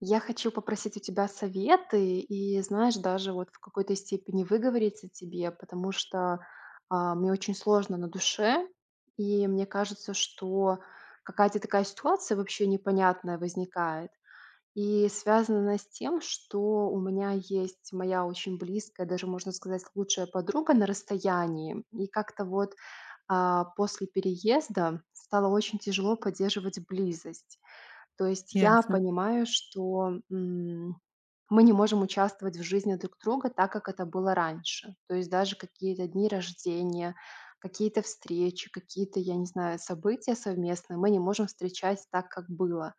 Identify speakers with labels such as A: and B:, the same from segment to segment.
A: Я хочу попросить у тебя советы и, знаешь, даже вот в какой-то степени выговориться тебе, потому что мне очень сложно на душе, и мне кажется, что какая-то такая ситуация вообще непонятная возникает. И связана она с тем, что у меня есть моя очень близкая, даже можно сказать, лучшая подруга на расстоянии. И как-то вот после переезда стало очень тяжело поддерживать близость. То есть я
B: Ясно.
A: понимаю, что, мы не можем участвовать в жизни друг друга так, как это было раньше. То есть даже какие-то дни рождения, какие-то встречи, какие-то, я не знаю, события совместные мы не можем встречать так, как было.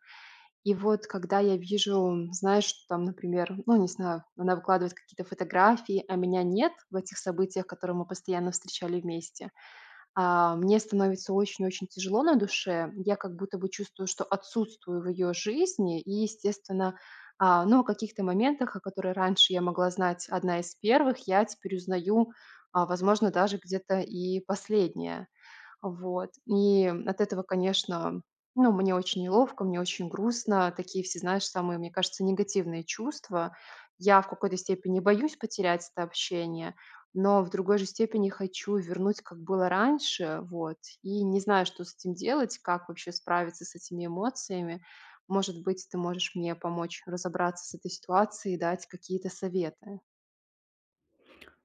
A: И вот когда я вижу, знаешь, что там, например, ну, не знаю, она выкладывает какие-то фотографии, а меня нет в этих событиях, которые мы постоянно встречали вместе, мне становится очень-очень тяжело на душе. Я как будто бы чувствую, что отсутствую в ее жизни. И, естественно, ну, о каких-то моментах, о которых раньше я могла знать одна из первых, я теперь узнаю, возможно, даже где-то и последняя. Вот. И от этого, конечно, ну, мне очень неловко, мне очень грустно. Такие все, знаешь, самые, мне кажется, негативные чувства. Я в какой-то степени боюсь потерять это общение, но в другой же степени хочу вернуть, как было раньше, вот. И не знаю, что с этим делать, как вообще справиться с этими эмоциями. Может быть, ты можешь мне помочь разобраться с этой ситуацией и дать какие-то советы.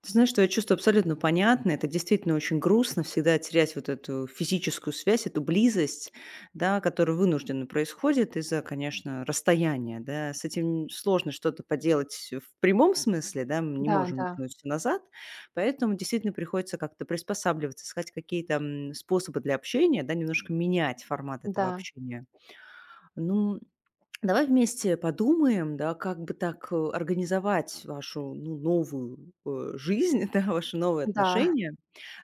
B: Ты знаешь, твоё чувство абсолютно понятно. Это действительно очень грустно всегда терять вот эту физическую связь, эту близость, да, которая вынужденно происходит из-за, конечно, расстояния, да. С этим сложно что-то поделать в прямом смысле, да, мы не
A: Да,
B: можем
A: да,
B: вернуть всё назад, поэтому действительно приходится как-то приспосабливаться, искать какие-то, способы для общения, да, немножко менять формат этого
A: да,
B: общения. Ну, давай вместе подумаем, да, как бы так организовать вашу, ну, новую жизнь, да, ваши новые
A: да.
B: отношения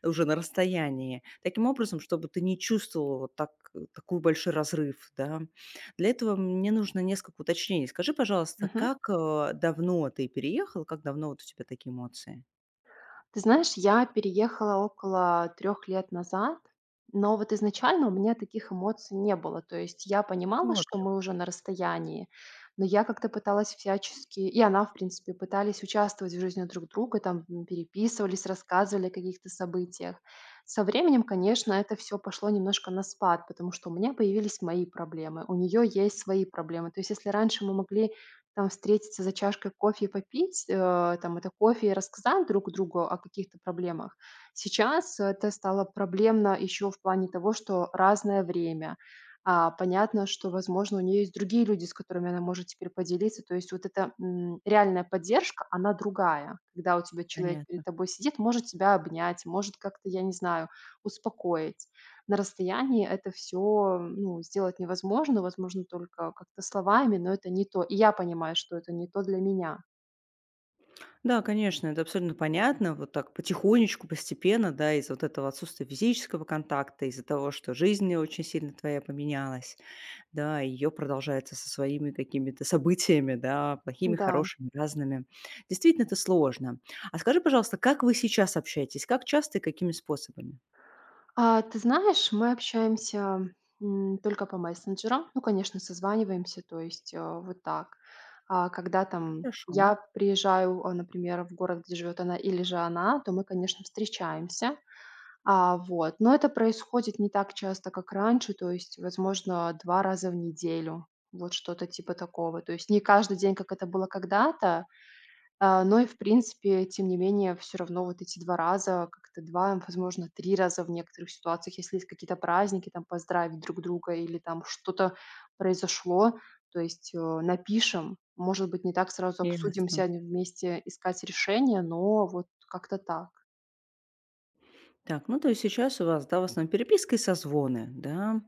B: уже на расстоянии, таким образом, чтобы ты не чувствовала вот так, такой большой разрыв. Да. Для этого мне нужно несколько уточнений. Скажи, пожалуйста,
A: Мгм.
B: как давно ты переехал, как давно вот у тебя такие эмоции?
A: Ты знаешь, я переехала около 3 лет назад, но вот изначально у меня таких эмоций не было. То есть я
B: Ну,
A: понимала,
B: вот
A: что
B: как,
A: мы уже на расстоянии, но я как-то пыталась всячески, и она, в принципе, пытались участвовать в жизни друг друга, там переписывались, рассказывали о каких-то событиях. Со временем, конечно, это все пошло немножко на спад, потому что у меня появились мои проблемы, у нее есть свои проблемы. То есть если раньше мы могли там встретиться за чашкой кофе и попить, там это кофе и рассказать друг другу о каких-то проблемах. Сейчас это стало проблемно еще в плане того, что разное время. Понятно, что, возможно, у нее есть другие люди, с которыми она может теперь поделиться. То есть вот эта реальная поддержка, она другая. Когда у тебя человек
B: понятно.
A: перед тобой сидит, может тебя обнять, может как-то, я не знаю, успокоить на расстоянии. Это все, ну, сделать невозможно, возможно, только как-то словами, но это не то. И я понимаю, что это не то для меня.
B: Да, конечно, это абсолютно понятно. Вот так потихонечку, постепенно, да, из-за вот этого отсутствия физического контакта, из-за того, что жизнь очень сильно твоя поменялась, да, ее продолжается со своими какими-то событиями, да, плохими,
A: Да.
B: хорошими, разными. Действительно, это сложно. А скажи, пожалуйста, как вы сейчас общаетесь? Как часто и какими способами?
A: Ты знаешь, мы общаемся, только по мессенджерам. Ну, конечно, созваниваемся, то есть, вот так. А когда там
B: Хорошо,
A: я приезжаю, например, в город, где живет она или же она, то мы, конечно, встречаемся. Вот. Но это происходит не так часто, как раньше, то есть, возможно, 2 раза в неделю. Вот что-то типа такого. То есть не каждый день, как это было когда-то, но и, в принципе, тем не менее, все равно вот эти 2 раза, как-то 2, возможно, 3 раза в некоторых ситуациях, если есть какие-то праздники, там, поздравить друг друга или там что-то произошло, то есть, напишем. Может быть, не так сразу обсудим,
B: ясно.
A: сядем вместе искать решение, но вот как-то так.
B: Так, ну, то есть сейчас у вас, да, в основном переписка и созвоны, да.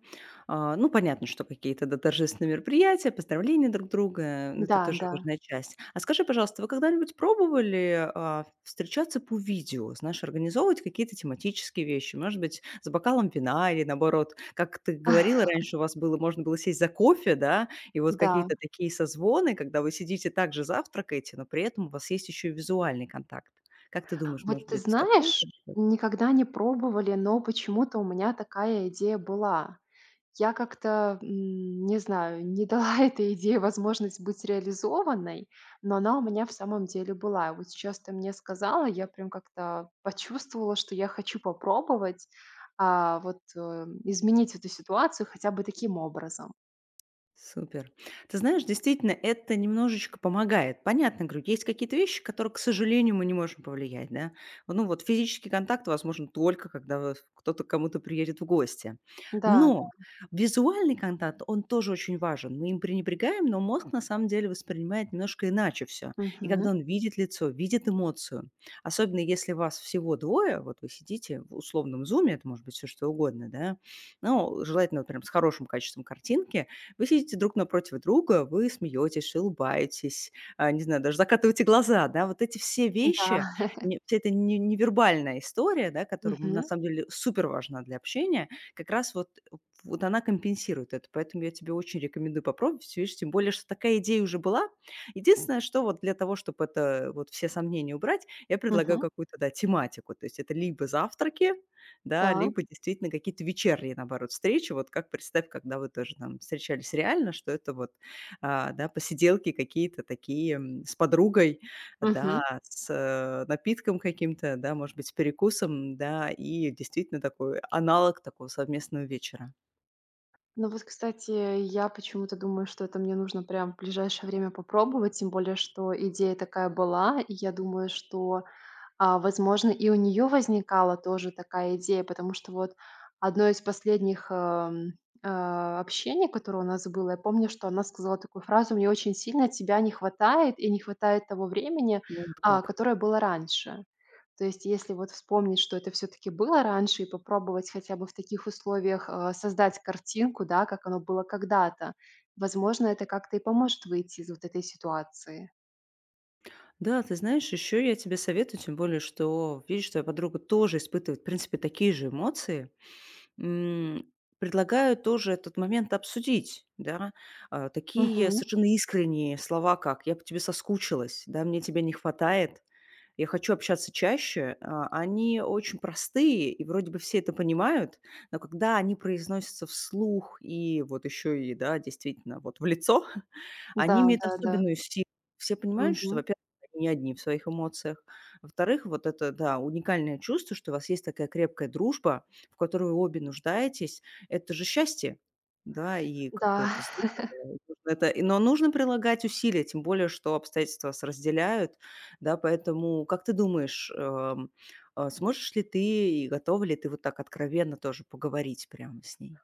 B: А, ну, понятно, что какие-то, да, торжественные мероприятия, поздравления друг друга, это
A: Да,
B: тоже
A: да.
B: важная часть. А скажи, пожалуйста, вы когда-нибудь пробовали, а, встречаться по видео, знаешь, организовывать какие-то тематические вещи, может быть, с бокалом вина или, наоборот, как ты говорила раньше, у вас было можно было сесть за кофе, да, и вот
A: Да.
B: какие-то такие созвоны, когда вы сидите также завтракаете, но при этом у вас есть еще и визуальный контакт. Как ты думаешь, может
A: Вот ты
B: быть, такое?
A: знаешь, никогда не пробовали, но почему-то у меня такая идея была. Я как-то, не знаю, не дала этой идее возможность быть реализованной, но она у меня в самом деле была. И вот сейчас ты мне сказала, я прям как-то почувствовала, что я хочу попробовать, вот, изменить эту ситуацию хотя бы таким образом.
B: Супер. Ты знаешь, действительно, это немножечко помогает. Понятно, говорю, есть какие-то вещи, которые, к сожалению, мы не можем повлиять, да. Ну вот физический контакт возможен только, когда вот кто-то к кому-то приедет в гости.
A: Да, да.
B: Но визуальный контакт, он тоже очень важен. Мы им пренебрегаем, но мозг на самом деле воспринимает немножко иначе все. И
A: Мгм.
B: когда он видит лицо, видит эмоцию, особенно если вас всего двое, вот вы сидите в условном зуме, это может быть все что угодно, да, но желательно вот прям с хорошим качеством картинки, вы сидите друг напротив друга, вы смеетесь, улыбаетесь, а, не знаю, даже закатываете глаза, да. Вот эти все вещи,
A: Да.
B: не вся эта не невербальная история, да, которая на
A: Мгм.
B: самом деле супер важна для общения, как раз вот она компенсирует это. Поэтому я тебе очень рекомендую попробовать. Видишь, тем более, что такая идея уже была. Единственное, что вот для того, чтобы это вот все сомнения убрать, я предлагаю
A: Мгм.
B: какую-то, да, тематику. То есть это либо завтраки, да, либо
A: Так.
B: действительно какие-то вечерние, наоборот, встречи. Вот как представь, когда вы тоже там встречались реально, что это вот, а, да, посиделки какие-то такие, с подругой, да,
A: Мгм.
B: с, напитком каким-то, да, может быть, с перекусом, да, и действительно такой аналог такого совместного вечера.
A: Ну вот, кстати, я почему-то думаю, что это мне нужно прям в ближайшее время попробовать, тем более, что идея такая была, и я думаю, что возможно, и у нее возникала тоже такая идея, потому что вот одно из последних, общений, которое у нас было, я помню, что она сказала такую фразу: «Мне очень сильно тебя не хватает, и не хватает того времени,
B: Вот как.
A: которое было раньше». То есть если вот вспомнить, что это все таки было раньше, и попробовать хотя бы в таких условиях, создать картинку, да, как оно было когда-то, возможно, это как-то и поможет выйти из вот этой ситуации.
B: Да, ты знаешь, еще я тебе советую, тем более, что видишь, твоя подруга тоже испытывает, в принципе, такие же эмоции. М, предлагаю тоже этот момент обсудить, да. А, такие
A: Мгм.
B: совершенно искренние слова, как "я по тебе соскучилась", да, "мне тебя не хватает", я хочу общаться чаще. А, они очень простые, и вроде бы все это понимают, но когда они произносятся вслух и вот еще и, да, действительно, вот в лицо,
A: Да,
B: они имеют
A: да, да.
B: особенную силу. Все понимают, что,
A: Мгм.
B: во-первых, они не одни в своих эмоциях. Во-вторых, вот это, да, уникальное чувство, что у вас есть такая крепкая дружба, в которую вы обе нуждаетесь. Это же счастье, да, и как бы
A: Да.
B: это здорово. Нужно это, но нужно прилагать усилия, тем более, что обстоятельства вас разделяют, да, поэтому как ты думаешь, а, сможешь ли ты и готова ли ты вот так откровенно тоже поговорить прямо с ней?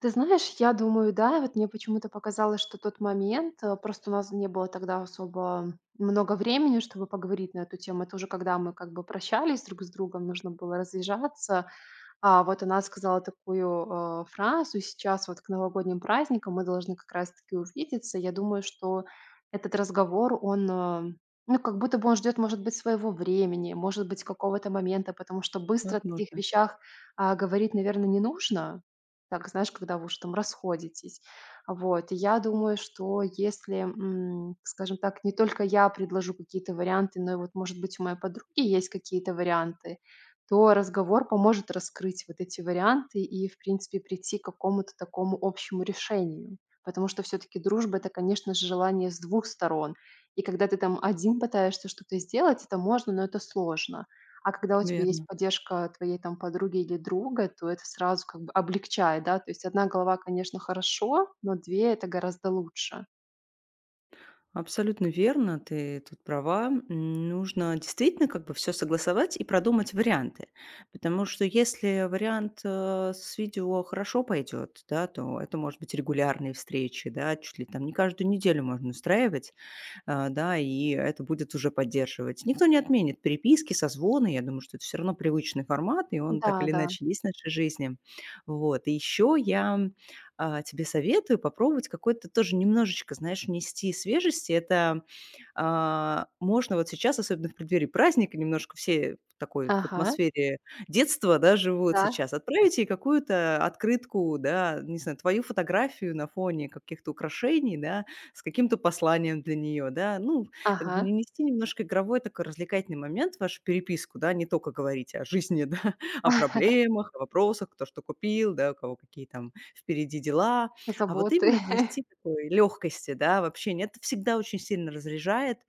A: Ты знаешь, я думаю, да. Вот мне почему-то показалось, что тот момент, просто у нас не было тогда особо много времени, чтобы поговорить на эту тему. Это уже когда мы как бы прощались друг с другом, нужно было разъезжаться. Вот она сказала такую, фразу: «Сейчас вот к новогодним праздникам мы должны как раз таки увидеться». Я думаю, что этот разговор, он, ну, как будто бы он ждет, может быть, своего времени, может быть, какого-то момента, потому что быстро о таких
B: Возможно,
A: вещах, говорить, наверно, не нужно. Так, знаешь, когда вы уже там расходитесь. Вот, и я думаю, что если, скажем так, не только я предложу какие-то варианты, но и вот, может быть, у моей подруги есть какие-то варианты, то разговор поможет раскрыть вот эти варианты и, в принципе, прийти к какому-то такому общему решению. Потому что все-таки дружба — это, конечно же, желание с двух сторон. И когда ты там один пытаешься что-то сделать, это можно, но это сложно. А когда у тебя есть
B: верно.
A: поддержка твоей там подруги или друга, то это сразу как бы облегчает, да. То есть одна голова, конечно, хорошо, но две — это гораздо лучше.
B: Абсолютно верно, ты тут права. Нужно действительно как бы все согласовать и продумать варианты. Потому что если вариант с видео хорошо пойдет, да, то это может быть регулярные встречи, да, чуть ли там не каждую неделю можно устраивать. А, да, и это будет уже поддерживать. Никто не отменит переписки, созвоны, я думаю, что это все равно привычный формат, и он так
A: Да,
B: или
A: да.
B: иначе есть в нашей жизни. Вот, и еще я, тебе советую попробовать какой-то тоже немножечко, знаешь, нести свежести. Это, можно вот сейчас, особенно в преддверии праздника, немножко все в такой в
A: Ага,
B: атмосфере детства, да, живут
A: так,
B: сейчас. Отправить ей какую-то открытку, да, не знаю, твою фотографию на фоне каких-то украшений, да, с каким-то посланием для нее, да. Ну, как
A: ага,
B: бы не немножко игровой такой развлекательный момент в вашу переписку, да, не только говорить о жизни, да, о проблемах, о вопросах, кто что купил, да, у кого какие там впереди дела. А вот именно
A: заботы.
B: внести такой легкости, да, в общение. Это всегда очень сильно разряжает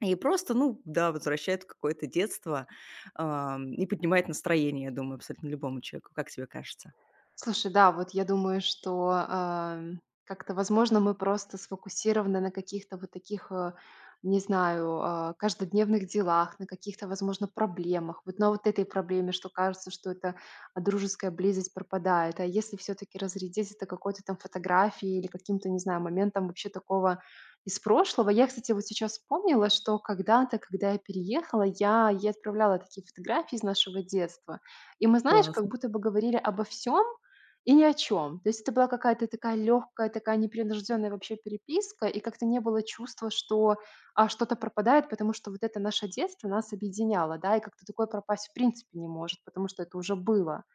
B: и просто, ну да, возвращает в какое-то детство, и поднимает настроение, я думаю, абсолютно любому человеку. Как тебе кажется?
A: Слушай, да, вот я думаю, что как-то, возможно, мы просто сфокусированы на каких-то вот таких, не знаю, каждодневных делах, на каких-то, возможно, проблемах. Вот на вот этой проблеме, что кажется, что это дружеская близость пропадает. А если все-таки разрядить это какой-то там фотографией или каким-то, не знаю, моментом вообще такого из прошлого. Я, кстати, вот сейчас вспомнила, что когда-то, когда я переехала, я ей отправляла такие фотографии из нашего детства. И мы, знаешь, как
B: Классно.
A: будто бы говорили обо всем, и ни о чем, то есть это была какая-то такая легкая, такая непринужденная вообще переписка, и как-то не было чувства, что, что-то пропадает, потому что вот это наше детство нас объединяло, да, и как-то такое пропасть в принципе не может, потому что это уже было.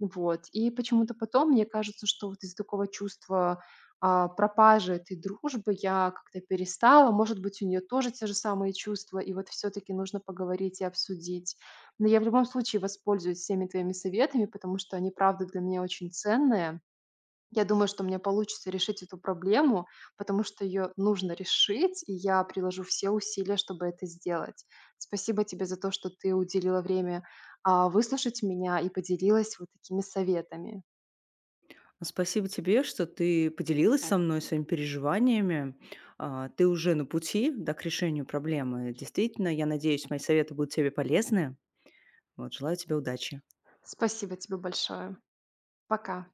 A: Вот. И почему-то потом мне кажется, что вот из такого чувства, пропажи этой дружбы я как-то перестала. Может быть, у нее тоже те же самые чувства, и вот все таки нужно поговорить и обсудить. Но я в любом случае воспользуюсь всеми твоими советами, потому что они, правда, для меня очень ценные. Я думаю, что мне получится решить эту проблему, потому что ее нужно решить, и я приложу все усилия, чтобы это сделать. Спасибо тебе за то, что ты уделила время выслушать меня и поделилась вот такими советами.
B: Спасибо тебе, что ты поделилась со мной своими переживаниями. А, ты уже на пути, да, к решению проблемы. Действительно, я надеюсь, мои советы будут тебе полезны. Вот, желаю тебе удачи.
A: Спасибо тебе большое. Пока.